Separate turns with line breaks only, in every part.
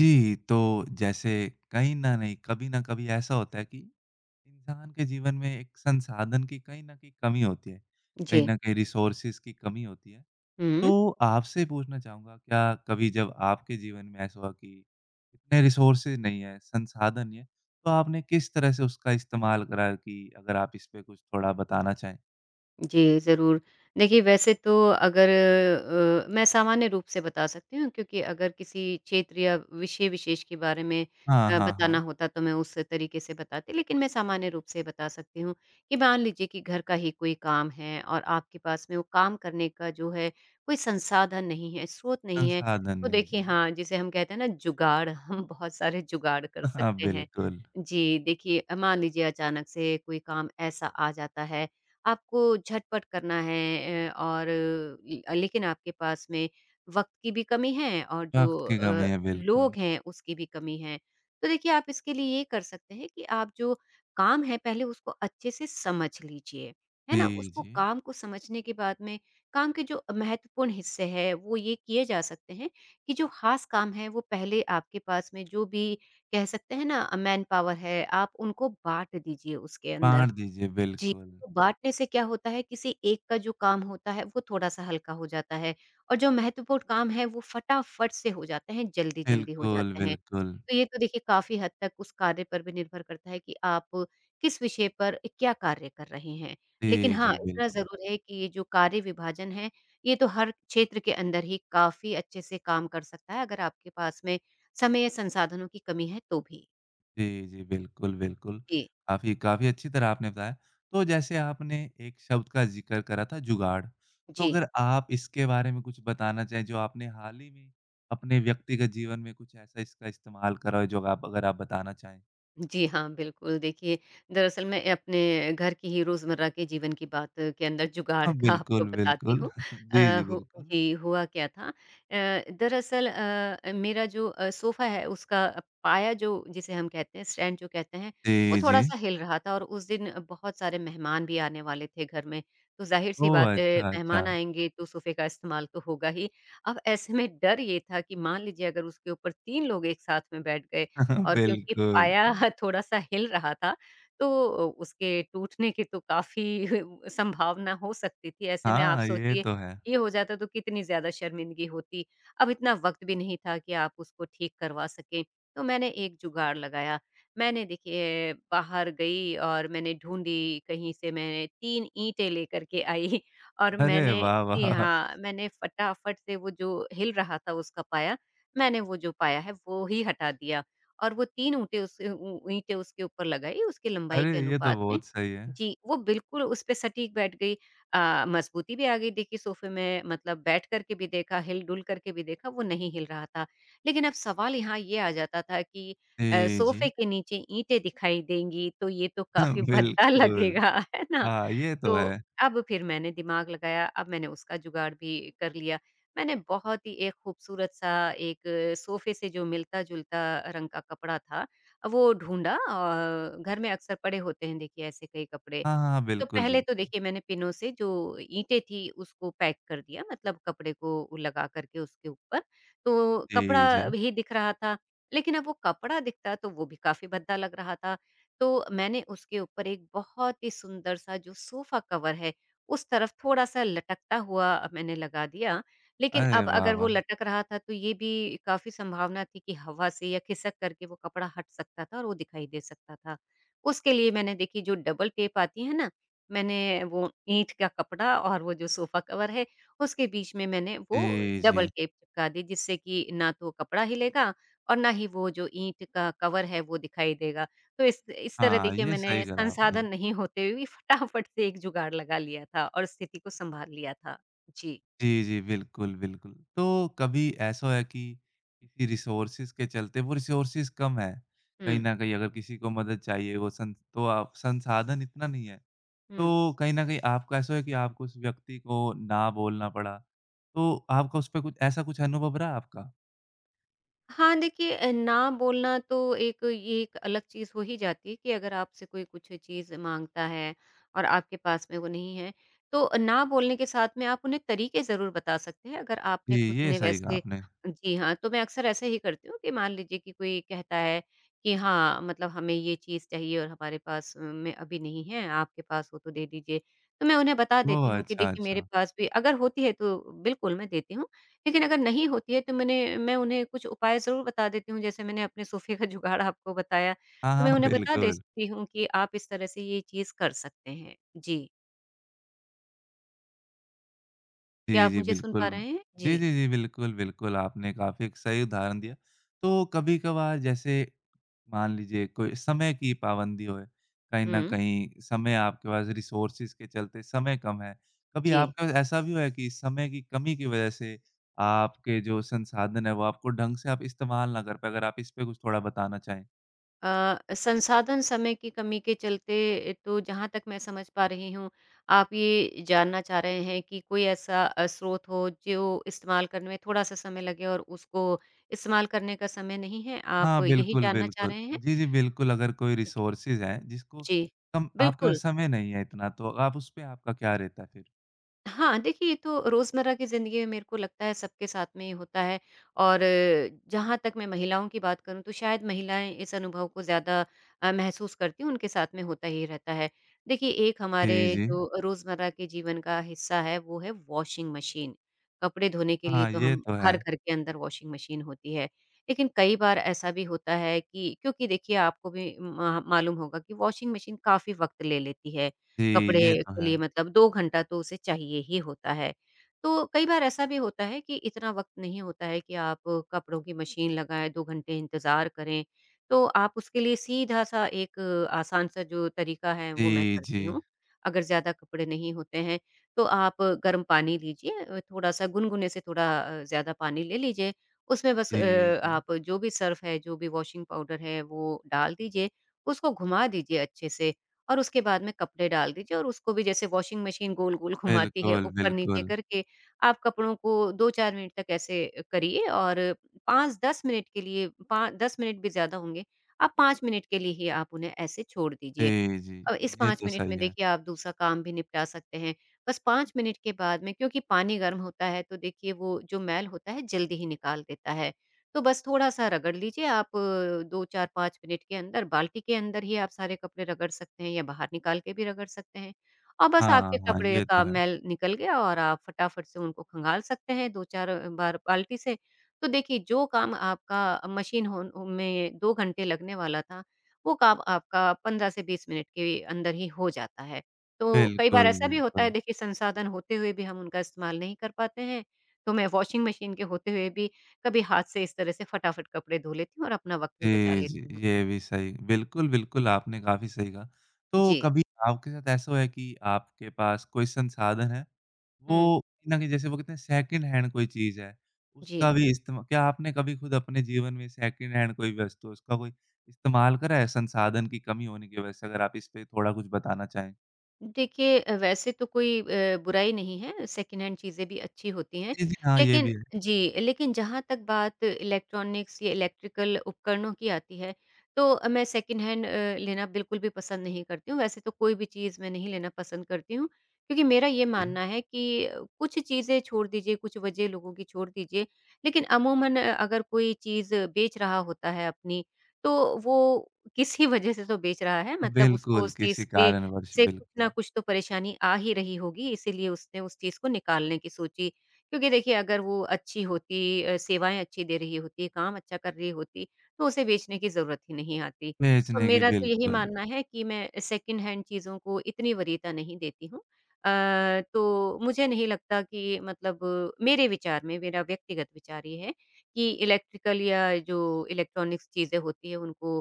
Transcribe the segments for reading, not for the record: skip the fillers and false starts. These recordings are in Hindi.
जी, तो जैसे कहीं न नहीं कभी न कभी ऐसा होता है कि इंसान के जीवन में एक संसाधन की कहीं न कहीं कमी होती है। कहीं
जी,
न कहीं रिसोर्सेज़ की कमी होती है। तो
हुँ।
आपसे पूछना चाहूँगा क्या कभी जब आपके जीवन में ऐसा हुआ कि इतने रिसोर्सेज़ नहीं है, संसाधन नहीं है, तो आपने किस तरह से उसका इस्तेमाल करा कि अगर आप इस पे कुछ थोड़ा बताना चाहें?
जी, ज़रूर। देखिए, वैसे तो अगर मैं सामान्य रूप से बता सकती हूँ क्योंकि अगर किसी क्षेत्र या विषय विशेष के बारे में
हाँ, हाँ,
बताना
हाँ।
होता तो मैं उस तरीके से बताती, लेकिन मैं सामान्य रूप से बता सकती हूँ कि मान लीजिए कि घर का ही कोई काम है और आपके पास में वो काम करने का जो है कोई संसाधन नहीं है, स्रोत नहीं है,
संसाधन
तो
है,
देखिए
जी।
हाँ, जिसे हम कहते हैं ना जुगाड़, हम बहुत सारे जुगाड़ कर
हाँ,
सकते हैं।
बिल्कुल।
जी, देखिए मान लीजिए अचानक से कोई काम ऐसा आ जाता है आपको झटपट करना है और लेकिन आपके पास में वक़्त की भी कमी है और जो
वक़्त की कमी है, बिल्कुल।
लोग हैं उसकी भी कमी है। तो देखिए आप इसके लिए ये कर सकते हैं कि आप जो काम है पहले उसको अच्छे से समझ लीजिए, है ना?
जी,
उसको
जी।
काम को समझने के बाद में काम के जो महत्वपूर्ण हिस्से हैं वो ये किए जा सकते हैं कि जो ख़ास काम है वो पहले आपके पास में जो भी कह सकते हैं ना मैन पावर है आप उनको बाँट दीजिए उसके अंदर।
बाँट दीजिए,
जी,
बिल्कुल।
तो बाँटने से क्या होता है किसी एक का जो काम होता है वो थोड़ा-सा हल्का हो जाता है और जो महत्वपूर्ण काम है वो फटाफट से हो जाते हैं, जल्दी-जल्दी हो
बिल्कुल,
जाते हैं।
बिल्कुल।
तो ये तो देखिए काफ़ी हद तक उस कार्य पर भी निर्भर करता है कि आप किस विषय पर क्या कार्य कर रहे हैं। लेकिन
जी,
हाँ,
जी,
इतना
बिल्कुल।
ज़रूर है कि ये जो कार्य विभाजन है, ये तो हर क्षेत्र के अंदर ही काफ़ी अच्छे से काम कर सकता है अगर आपके पास में समय या संसाधनों की कमी है तो भी।
जी, जी, बिल्कुल, बिल्कुल।
जी,
काफ़ी काफ़ी अच्छी तरह आपने बताया। तो जैसे आपने एक शब्द का ज़िक्र करा था जुगाड़, तो
जी।
अगर आप इसके बारे में कुछ बताना चाहें जो आपने हाल ही में अपने व्यक्तिगत जीवन में कुछ ऐसा इसका इस्तेमाल करा हो जो आप अगर आप बताना चाहें?
जी हाँ, बिल्कुल। देखिए, दरअसल मैं अपने घर की ही रोज़मर्रा के जीवन की बात के अंदर जुगाड़
हाँ,
का आपको
बिल्कुल,
बताती
बिल्कुल।
हूँ। अ,
जी, जी,
हु
बिल्कुल।
जी, हुआ क्या था दरअसल मेरा जो सोफ़ा है उसका पाया जो जिसे हम कहते हैं स्टैंड जो कहते हैं, वो
जी, जी।
थोड़ा-सा हिल रहा था और उस दिन बहुत सारे मेहमान भी आने वाले थे घर में। तो ज़ाहिर-सी
ओह!
बात है
अच्छा, अच्छा।
मेहमान आएँगे तो सोफ़े का इस्तेमाल तो होगा ही। अब ऐसे में डर ये था कि मान लीजिए अगर उसके ऊपर 3 लोग एक साथ में बैठ गए, और क्योंकि
बिल्कुल।
पाया थोड़ा-सा हिल रहा था, तो उसके टूटने की तो काफ़ी संभावना हो सकती थी। ऐसे में आप
हाँ, ये
सोचिए,
तो है।
ये हो जाता तो कितनी ज़्यादा शर्मिंदगी होती। अब इतना वक़्त भी नहीं था कि आप उसको ठीक करवा सकें। तो मैंने एक जुगाड़ लगाया। मैंने देखिए बाहर गई और मैंने ढूँढी, कहीं से मैंने 3 ईंटें लेकर के आई और
अरे
मैंने
वाह,
जी
वाह!
हाँ, मैंने फटाफट से वो जो हिल रहा था उसका पाया, मैंने वो जो पाया है, वो ही हटा दिया। और वो 3 ऊँटें उस ऊ ईंटें उसके ऊपर लगाई, उसकी लंबाई
अरे,
के
ये तो
अनुपात में।
बहुत सही है।
जी, वो बिल्कुल उस पे सटीक बैठ गई। अ, मज़बूती भी आ गई देखिए सोफ़े में मतलब बैठ कर के भी देखा, हिल-डुल करके भी देखा, वो नहीं हिल रहा था। लेकिन अब सवाल यहाँ ये आ जाता था कि
जी,
सोफ़े
जी।
के नीचे ईंटें दिखाई देंगी, तो ये तो काफ़ी भद्दा
बिल्कुल।
लगेगा, है ना?
हाँ, ये
तो
तो है।
अब फिर मैंने दिमाग लगाया, अब मैंने उसका जुगाड़ भी कर लिया। मैंने बहुत ही एक खूबसूरत-सा एक सोफ़े से जो मिलता-जुलता रंग का कपड़ा था, वो ढूँढा और घर में अक्सर पड़े होते हैं देखिए ऐसे कई कपड़े।
हाँ, हाँ,
तो
बिल्कुल,
पहले तो
बिल्कुल।
देखिए मैंने पिनों से जो ईंटें थी उसको पैक कर दिया मतलब कपड़े को लगा करके उसके ऊपर, तो
जी,
कपड़ा
जी।
भी दिख रहा था, लेकिन अब वो कपड़ा दिखता तो वो भी काफ़ी भद्दा लग रहा था। तो मैंने उसके ऊपर एक बहुत ही सुंदर सा जो सोफ़ा कवर है, उस तरफ थोड़ा-सा लटकता हुआ मैंने लगा दिया, लेकिन
अरे
अब
वाह,
अगर वो
वाह!
लटक रहा था तो ये भी काफ़ी संभावना थी कि हवा से या खिसक करके वो कपड़ा हट सकता था और वो दिखाई दे सकता था। उसके लिए मैंने देखिए जो डबल टेप आती है ना मैंने वो ईंट का कपड़ा और वो जो सोफ़ा कवर है, उसके बीच में मैंने वो
जी,
डबल
जी।
टेप चिपका दी जिससे कि ना तो कपड़ा हिलेगा और ना ही वो जो ईंट का कवर है वो दिखाई देगा। तो इस तरह
हाँ,
देखिए
ये
मैंने
सही करा आपने।
संसाधन नहीं होते हुए भी फटाफट से एक जुगाड़ लगा लिया था और स्थिति को सँभाल लिया था। जी।
जी, जी, बिल्कुल, बिल्कुल। तो कभी ऐसा है कि किसी रिसोर्सेज़ के चलते वो रिसोर्सेज़ कम हैं, कहीं
हुँ,
न कहीं अगर किसी को मदद चाहिए वो सं तो आप संसाधन इतना नहीं है,
हुँ।
तो कहीं न कहीं आपका ऐसा है कि आपको उस व्यक्ति को ना बोलना पड़ा, तो आपका उस पे कुछ ऐसा कुछ अनुभव रहा आपका?
हाँ, देखिए ना बोलना तो एक ये एक अलग चीज़ हो ही जाती है कि अगर आपसे कोई कुछ चीज़ माँगता है और आपके पास में वो नहीं है, तो ना बोलने के साथ में आप उन्हें तरीके ज़रूर बता सकते हैं अगर
जी,
आपने खुद
ये
ने
सही कहा
वैसे
आपने।
जी हाँ, तो मैं अक्सर ऐसा ही करती हूँ कि मान लीजिए कि कोई कहता है कि हाँ, मतलब हमें ये चीज़ चाहिए और हमारे पास में अभी नहीं है, आपके पास हो तो दे दीजिए। तो मैं उन्हें बता
ओह!
देती हूँ कि
अच्छा,
देखिए मेरे
अच्छा।
पास भी अगर होती है तो बिल्कुल मैं देती हूँ लेकिन अगर नहीं होती है तो मैं उन्हें कुछ उपाय ज़रूर बता देती हूँ, जैसे मैंने अपने सोफ़े का जुगाड़ आपको बताया,
हाँ,
तो
हाँ,
मैं उन्हें बता
बिल्कुल।
देती हूँ कि आप इस तरह से ये चीज़ कर सकते हैं। जी, क्या
जी,
आप
जी,
मुझे सुन पा
बिल्कुल।
रहे हैं?
जी,
जी,
जी, जी, बिल्कुल, बिल्कुल, आपने काफ़ी एक सही उदाहरण दिया। तो कभी-कभार जैसे मान लीजिए कोई समय की पाबंदी होए, कहीं न
हुँ,
कहीं समय आपके पास रिसोर्सेज़ के चलते समय कम है। कभी
जी।
आपके साथ ऐसा भी हुआ है कि समय की कमी की वजह से आपके जो संसाधन हैं, वो आपको ढंग से आप इस्तेमाल ना कर पाएँ? अगर आप इस पे कुछ थोड़ा बताना चाहें।
संसाधन समय की कमी के चलते तो जहाँ तक मैं समझ पा रही हूँ, आप ये जानना चाह रहे हैं कि कोई ऐसा स्रोत हो जो इस्तेमाल करने में थोड़ा-सा समय लगे और उसको इस्तेमाल करने का समय नहीं है, आप
हाँ,
यही
बिल्कुल,
जानना चाह
बिल्कुल।
रहे हैं?
जी, जी, बिल्कुल, अगर कोई
जी,
रिसोर्सेज़ हैं जिसको
जी,
कम आपके
बिल्कुल।
पास समय नहीं है इतना, तो आप उस पे आपका क्या रहता है फिर?
हाँ, देखिए ये तो रोज़मर्रा की ज़िंदगी में मेरे को लगता है सबके साथ में ही होता है और जहाँ तक मैं महिलाओं की बात करूँ तो शायद महिलाएँ इस अनुभव को ज़्यादा महसूस करती हैं, उनके साथ में होता ही रहता है। देखिए एक हमारे
जी, जी।
जो रोज़मर्रा के जीवन का हिस्सा है वो है वॉशिंग मशीन। कपड़े धोने के लिए
हाँ,
तो
ये
हम
तो है।
हर घर के अंदर वॉशिंग मशीन होती है। लेकिन कई बार ऐसा भी होता है कि क्योंकि देखिए आपको भी मा मालूम होगा कि वॉशिंग मशीन काफ़ी वक़्त ले लेती है।
जी,
कपड़े
ये तो
के
है।
लिए मतलब 2 घंटा तो उसे चाहिए ही होता है। तो कई बार ऐसा भी होता है कि इतना वक़्त नहीं होता है कि आप कपड़ों की मशीन लगाएँ, 2 घंटे इंतज़ार करें, तो आप उसके लिए सीधा-सा एक आसान सा जो तरीका है वो मैं
जी,
करती
जी।
हूँ। अगर ज़्यादा कपड़े नहीं होते हैं तो आप गर्म पानी लीजिए थोड़ा-सा गुनगुने से थोड़ा ज़्यादा पानी ले लीजिए, उसमें बस
जी, जी।
आप जो भी सर्फ़ है, जो भी वॉशिंग पाउडर है वो डाल दीजिए, उसको घुमा दीजिए अच्छे से और उसके बाद में कपड़े डाल दीजिए और उसको भी जैसे वॉशिंग मशीन गोल-गोल घुमाती है
बिल्कुल,
ऊपर-नीचे
बिल्कुल।
करके, आप कपड़ों को 2-4 मिनट तक ऐसे करिए और 5-10 मिनट के लिए पा 10 मिनट भी ज़्यादा होंगे, आप 5 मिनट के लिए ही आप उन्हें ऐसे छोड़ दीजिए।
जी, जी।
अब इस
ये
5
तो
मिनट में
सही है।
देखिए आप दूसरा काम भी निपटा सकते हैं। बस 5 मिनट के बाद में क्योंकि पानी गर्म होता है तो देखिए वो जो मैल होता है जल्दी ही निकाल देता है। तो बस थोड़ा-सा रगड़ लीजिए आप 2, 4, 5 मिनट के अंदर बाल्टी के अंदर ही आप सारे कपड़े रगड़ सकते हैं या बाहर निकाल के भी रगड़ सकते हैं। और बस आपके
हाँ, हाँ,
कपड़े
ये
का
तो है।
मैल निकल गया और आप फटाफट से उनको खंगाल सकते हैं 2-4 बार बाल्टी से। तो देखिए जो काम आपका मशीन होन में 2 घंटे लगने वाला था वो काम आपका 15 से 20 मिनट के अंदर ही हो जाता है। तो कई बार
बिल्कुल,
ऐसा भी होता है
बिल्कुल।
देखिए संसाधन होते हुए भी हम उनका इस्तेमाल नहीं कर पाते हैं, तो मैं वॉशिंग मशीन के होते हुए भी कभी हाथ से इस तरह से फटाफट कपड़े धो लेती हूँ और अपना वक़्त भी बचा
जी, जी,
लेती हूँ।
ये भी सही बिल्कुल, बिल्कुल, आपने काफ़ी सही कहा। तो
जी।
कभी आपके साथ ऐसा हुआ है कि आपके पास कोई संसाधन है वो
हुँ,
कहीं न कहीं जैसे वो कहते हैं सेकंड हैंड कोई चीज़ है, उसका
जी।
भी इस्तेमा क्या आपने कभी खुद अपने जीवन में सेकंड हैंड कोई वस्तु, उसका कोई इस्तेमाल करा है संसाधन की कमी होने की वजह से? अगर आप इस पे थोड़ा कुछ बताना चाहें।
देखिए वैसे तो कोई बुराई नहीं है, सेकंड हैंड चीज़ें भी अच्छी होती हैं।
जी, जी, हाँ, ये
लेकिन
भी है।
जी, लेकिन जहाँ तक बात इलेक्ट्रॉनिक्स या इलेक्ट्रिकल उपकरणों की आती है, तो मैं सेकंड हैंड लेना बिल्कुल भी पसंद नहीं करती हूँ। वैसे तो कोई भी चीज़ मैं नहीं लेना पसंद करती हूँ, क्योंकि मेरा ये
जी।
मानना है कि कुछ चीज़ें छोड़ दीजिए, कुछ वजह लोगों की छोड़ दीजिए, लेकिन अमूमन अगर कोई चीज़ बेच रहा होता है अपनी, तो वो किसी वजह से तो बेच रहा है, मतलब उसको
बिल्कुल,
उस चीज़
किसी
के
कारणवश
से कुछ ना
बिल्कुल,
कुछ तो परेशानी आ ही रही होगी, इसीलिए उसने उस चीज़ को निकालने की सोची। क्योंकि देखिए अगर वो अच्छी होती सेवाएँ अच्छी दे रही होती, काम अच्छा कर रही होती, तो उसे बेचने की ज़रूरत ही नहीं आती। तो
बेचने की
मेरा तो यही
बिल्कुल।
मानना है कि मैं सेकंड हैंड चीज़ों को इतनी वरीयता नहीं देती हूँ। अ, तो मुझे नहीं लगता कि मेरे विचार में, मेरा व्यक्तिगत विचार ये है कि इलेक्ट्रिकल या जो इलेक्ट्रॉनिक्स चीज़ें होती हैं, उनको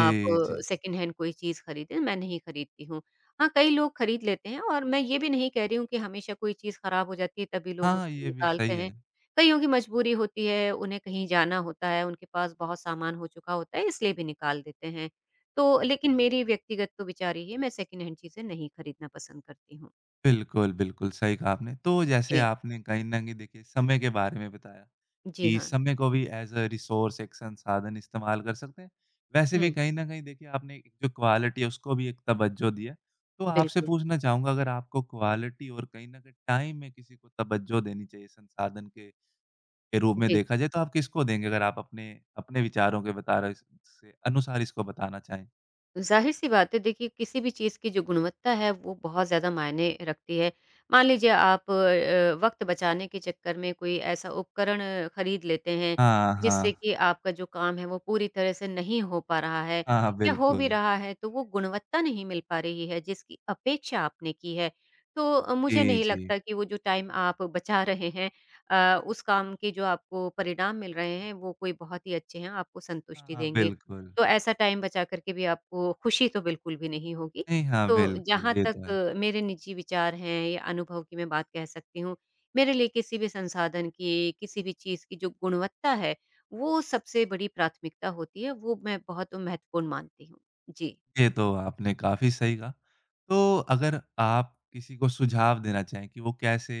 आप
जी।
सेकंड हैंड कोई चीज़ खरीदें, मैं नहीं खरीदती हूँ। हाँ, कई लोग खरीद लेते हैं और मैं ये भी नहीं कह रही हूँ कि हमेशा कोई चीज़ खराब हो जाती है तभी लोग
हाँ,
उसको
ये भी
निकालते
सही है।
हैं। कईयों की मजबूरी होती है, उन्हें कहीं जाना होता है, उनके पास बहुत सामान हो चुका होता है इसलिए भी निकाल देते हैं। तो
जी।
लेकिन मेरी व्यक्तिगत तो विचार यही है मैं सेकंड हैंड चीज़ें नहीं खरीदना पसंद करती हूँ।
बिल्कुल, बिल्कुल, सही कहा आपने। तो जैसे
जी।
आपने कहीं न कहीं देखिए समय के बारे में बताया
जी
कि
हाँ।
समय को भी एज़ अ रिसोर्स एक संसाधन इस्तेमाल कर सकते हैं। वैसे भी
हुँ,
कहीं न कहीं देखिए आपने एक जो क्वालिटी है उसको भी एक तवज्जो दी है। तो आपसे
बिल्कुल।
पूछना चाहूँगा अगर आपको क्वालिटी और कहीं न कहीं टाइम में किसी को तवज्जो देनी चाहिए संसाधन के रूप में
जी।
देखा जाए तो आप किसको देंगे? अगर आप अपने अपने विचारों के बता रहे इस से अनुसार इसको बताना चाहें?
ज़ाहिर-सी बात है देखिए किसी भी चीज़ की जो गुणवत्ता है वो बहुत ज़्यादा मायने रखती है। मान लीजिए आप वक़्त बचाने के चक्कर में कोई ऐसा उपकरण खरीद लेते हैं
हाँ,
जिससे
हाँ।
कि आपका जो काम है वो पूरी तरह से नहीं हो पा रहा है
हाँ, हाँ,
या हो भी
बिल्कुल।
रहा है तो वो गुणवत्ता नहीं मिल पा रही है जिसकी अपेक्षा आपने की है। तो मुझे
जी,
नहीं
जी।
लगता कि वो जो टाइम आप बचा रहे हैं उस काम के जो आपको परिणाम मिल रहे हैं वो कोई बहुत ही अच्छे हैं, आपको संतुष्टि
हाँ,
देंगे।
बिल्कुल।
तो ऐसा टाइम बचा कर के भी आपको खुशी तो बिल्कुल भी नहीं होगी।
नहीं, हाँ,
तो
बिल्कुल,
जहाँ
ये तो है।
तक मेरे निजी विचार हैं या अनुभव की मैं बात कह सकती हूँ, मेरे लिए किसी भी संसाधन की, किसी भी चीज़ की जो गुणवत्ता है, वो सबसे बड़ी प्राथमिकता होती है, वो मैं बहुत महत्वपूर्ण मानती हूँ। जी।
ये तो आपने काफ़ी सही कहा। तो अगर आप किसी को सुझाव देना चाहें कि वो कैसे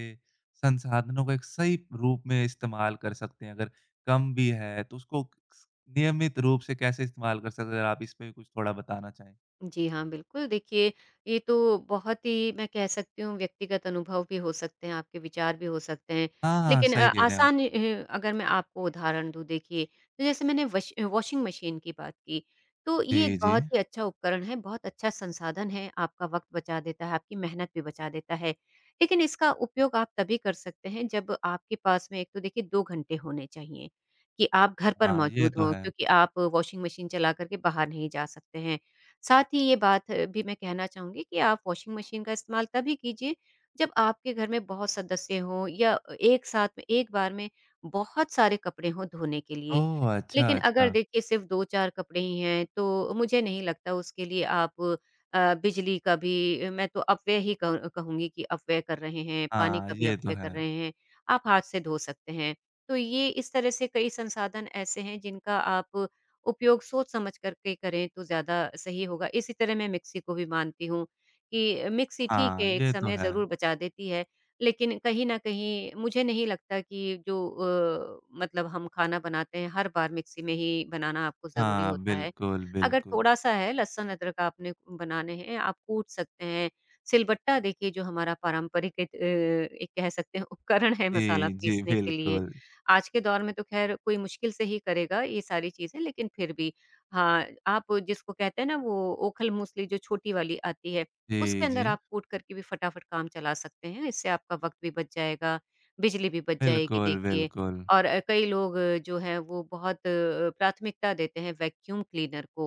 संसाधनों का एक सही रूप में इस्तेमाल कर सकते हैं, अगर कम भी है, तो उसको स नियमित रूप से कैसे इस्तेमाल कर सकते हैं? अगर आप इस पे भी कुछ थोड़ा बताना चाहें।
जी हाँ, बिल्कुल। देखिए, ये तो बहुत ही मैं कह सकती हूँ व्यक्तिगत अनुभव भी हो सकते हैं, आपके विचार भी हो सकते हैं।
हाँ, हाँ,
लेकिन
सही कह रहे हैं आप।
आसान अगर मैं आपको उदाहरण दूँ देखिए, तो जैसे मैंने वश वॉशिंग मशीन की बात की, तो ये एक
जी, जी।
बहुत ही अच्छा उपकरण है, बहुत अच्छा संसाधन है, आपका वक़्त बचा देता है, आपकी मेहनत भी बचा देता है। लेकिन इसका उपयोग आप तभी कर सकते हैं जब आपके पास में एक तो देखिए 2 घंटे होने चाहिए कि आप घर पर
हाँ, ये
मौजूद
तो
हों
है।
क्योंकि आप वॉशिंग मशीन चला कर के बाहर नहीं जा सकते हैं। साथ ही ये बात भी मैं कहना चाहूँगी कि आप वॉशिंग मशीन का इस्तेमाल तभी कीजिए जब आपके घर में बहुत सदस्य हों या एक साथ में एक बार में बहुत सारे कपड़े हों धोने के लिए।
ओह! अच्छा,
लेकिन अगर
अच्छा।
देखिए सिर्फ़ 2-4 कपड़े ही हैं तो मुझे नहीं लगता उसके लिए आप बिजली का भी मैं तो अपव्यय ही कहूँगी कि अपव्यय कर रहे हैं, पानी
हाँ,
का भी
ये तो
अपव्यय
है।
कर रहे हैं। आप हाथ से धो सकते हैं। तो ये इस तरह से कई संसाधन ऐसे हैं जिनका आप उपयोग सोच समझ कर के करें तो ज़्यादा सही होगा। इसी तरह मैं मिक्सी को भी मानती हूँ कि मिक्सी ठीक
हाँ,
है, एक
ये तो
समय
है।
ज़रूर बचा देती है, लेकिन कहीं न कहीं मुझे नहीं लगता कि जो हम खाना बनाते हैं हर बार मिक्सी में ही बनाना आपको ज़रूरी
हाँ,
होता है।
बिल्कुल,
अगर
बिल्कुल।
थोड़ा-सा है लहसुन अदरक आपने बनाने हैं, आप कूट सकते हैं। सिलबट्टा देखिए जो हमारा पारंपरिक एक कह सकते हैं उपकरण है मसाला
जी, जी,
पीसने के लिए,
बिल्कुल।
आज के दौर में तो ख़ैर कोई मुश्किल से ही करेगा ये सारी चीज़ें, लेकिन फिर भी हाँ, आप जिसको कहते हैं ना वो ओखल मूसली जो छोटी वाली आती है, उसके
जी,
अंदर
जी।
आप कूट करके भी फटाफट काम चला सकते हैं। इससे आपका वक़्त भी बच जाएगा, बिजली भी बच जाएगी
बिल्कुल,
देखिए।
बिल्कुल।
और कई लोग जो हैं वो प्राथमिकता देते हैं वैक्यूम क्लीनर को,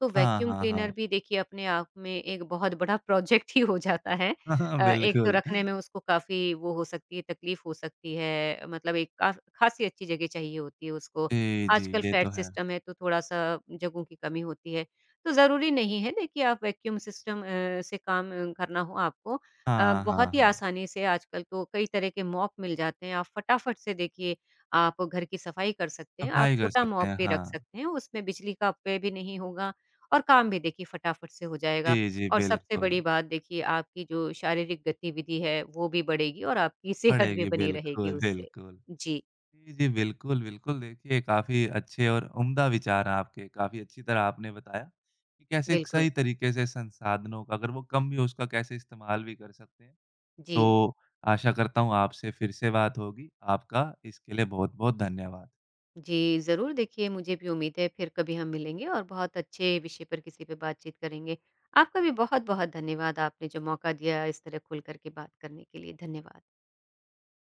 तो
हाँ,
वैक्यूम
हाँ,
क्लीनर
हाँ।
भी देखिए अपने आप में एक बहुत बड़ा प्रोजेक्ट ही हो जाता है। एक तो
बिल्कुल।
रखने में उसको काफ़ी वो हो सकती है, तकलीफ़ हो सकती है, मतलब एक काफ़ खासी अच्छी जगह चाहिए होती है उसको।
जी, जी,
आजकल
ये
फ्लैट
तो है।
सिस्टम है, तो थोड़ा-सा जगहों की कमी होती है। तो ज़रूरी नहीं है देखिए आप वैक्यूम सिस्टम से करना हो आपको
हाँ, हाँ,
बहुत ही
हाँ।
आसानी से आजकल तो कई तरह के मॉप मिल जाते हैं, आप फटाफट से देखिए आप घर की सफाई कर सकते हैं। आप
सफाई कर
छोटा
सकते
मॉप
हैं,
भी रख
हाँ।
सकते हैं, उसमें बिजली का अपव्यय भी नहीं होगा और काम भी देखिए फटाफट से हो जाएगा।
जी, जी,
और सबसे
बिल्कुल।
बड़ी बात देखिए आपकी जो शारीरिक गतिविधि है वो भी बढ़ेगी और आपकी सेहत भी
पड़ेगी,
बनी रहेगी
बिल्कुल,
उससे।
बिल्कुल।
जी,
जी, जी, बिल्कुल, बिल्कुल। देखिए, काफ़ी अच्छे और उम्दा विचार हैं आपके। काफ़ी अच्छी तरह आपने बताया कि कैसे एक
बिल्कुल।
सही तरीके से संसाधनों का अगर वो कम भी हो, उसका कैसे इस्तेमाल भी कर सकते हैं।
जी।
तो आशा करता हूँ आपसे फिर से बात होगी। आपका इसके लिए बहुत-बहुत धन्यवाद।
जी, ज़रूर देखिए मुझे भी उम्मीद है फिर कभी हम मिलेंगे और बहुत अच्छे विषय पर किसी पे बातचीत करेंगे। आपका भी बहुत-बहुत धन्यवाद आपने जो मौका दिया इस तरह खुल कर के बात करने के लिए। धन्यवाद।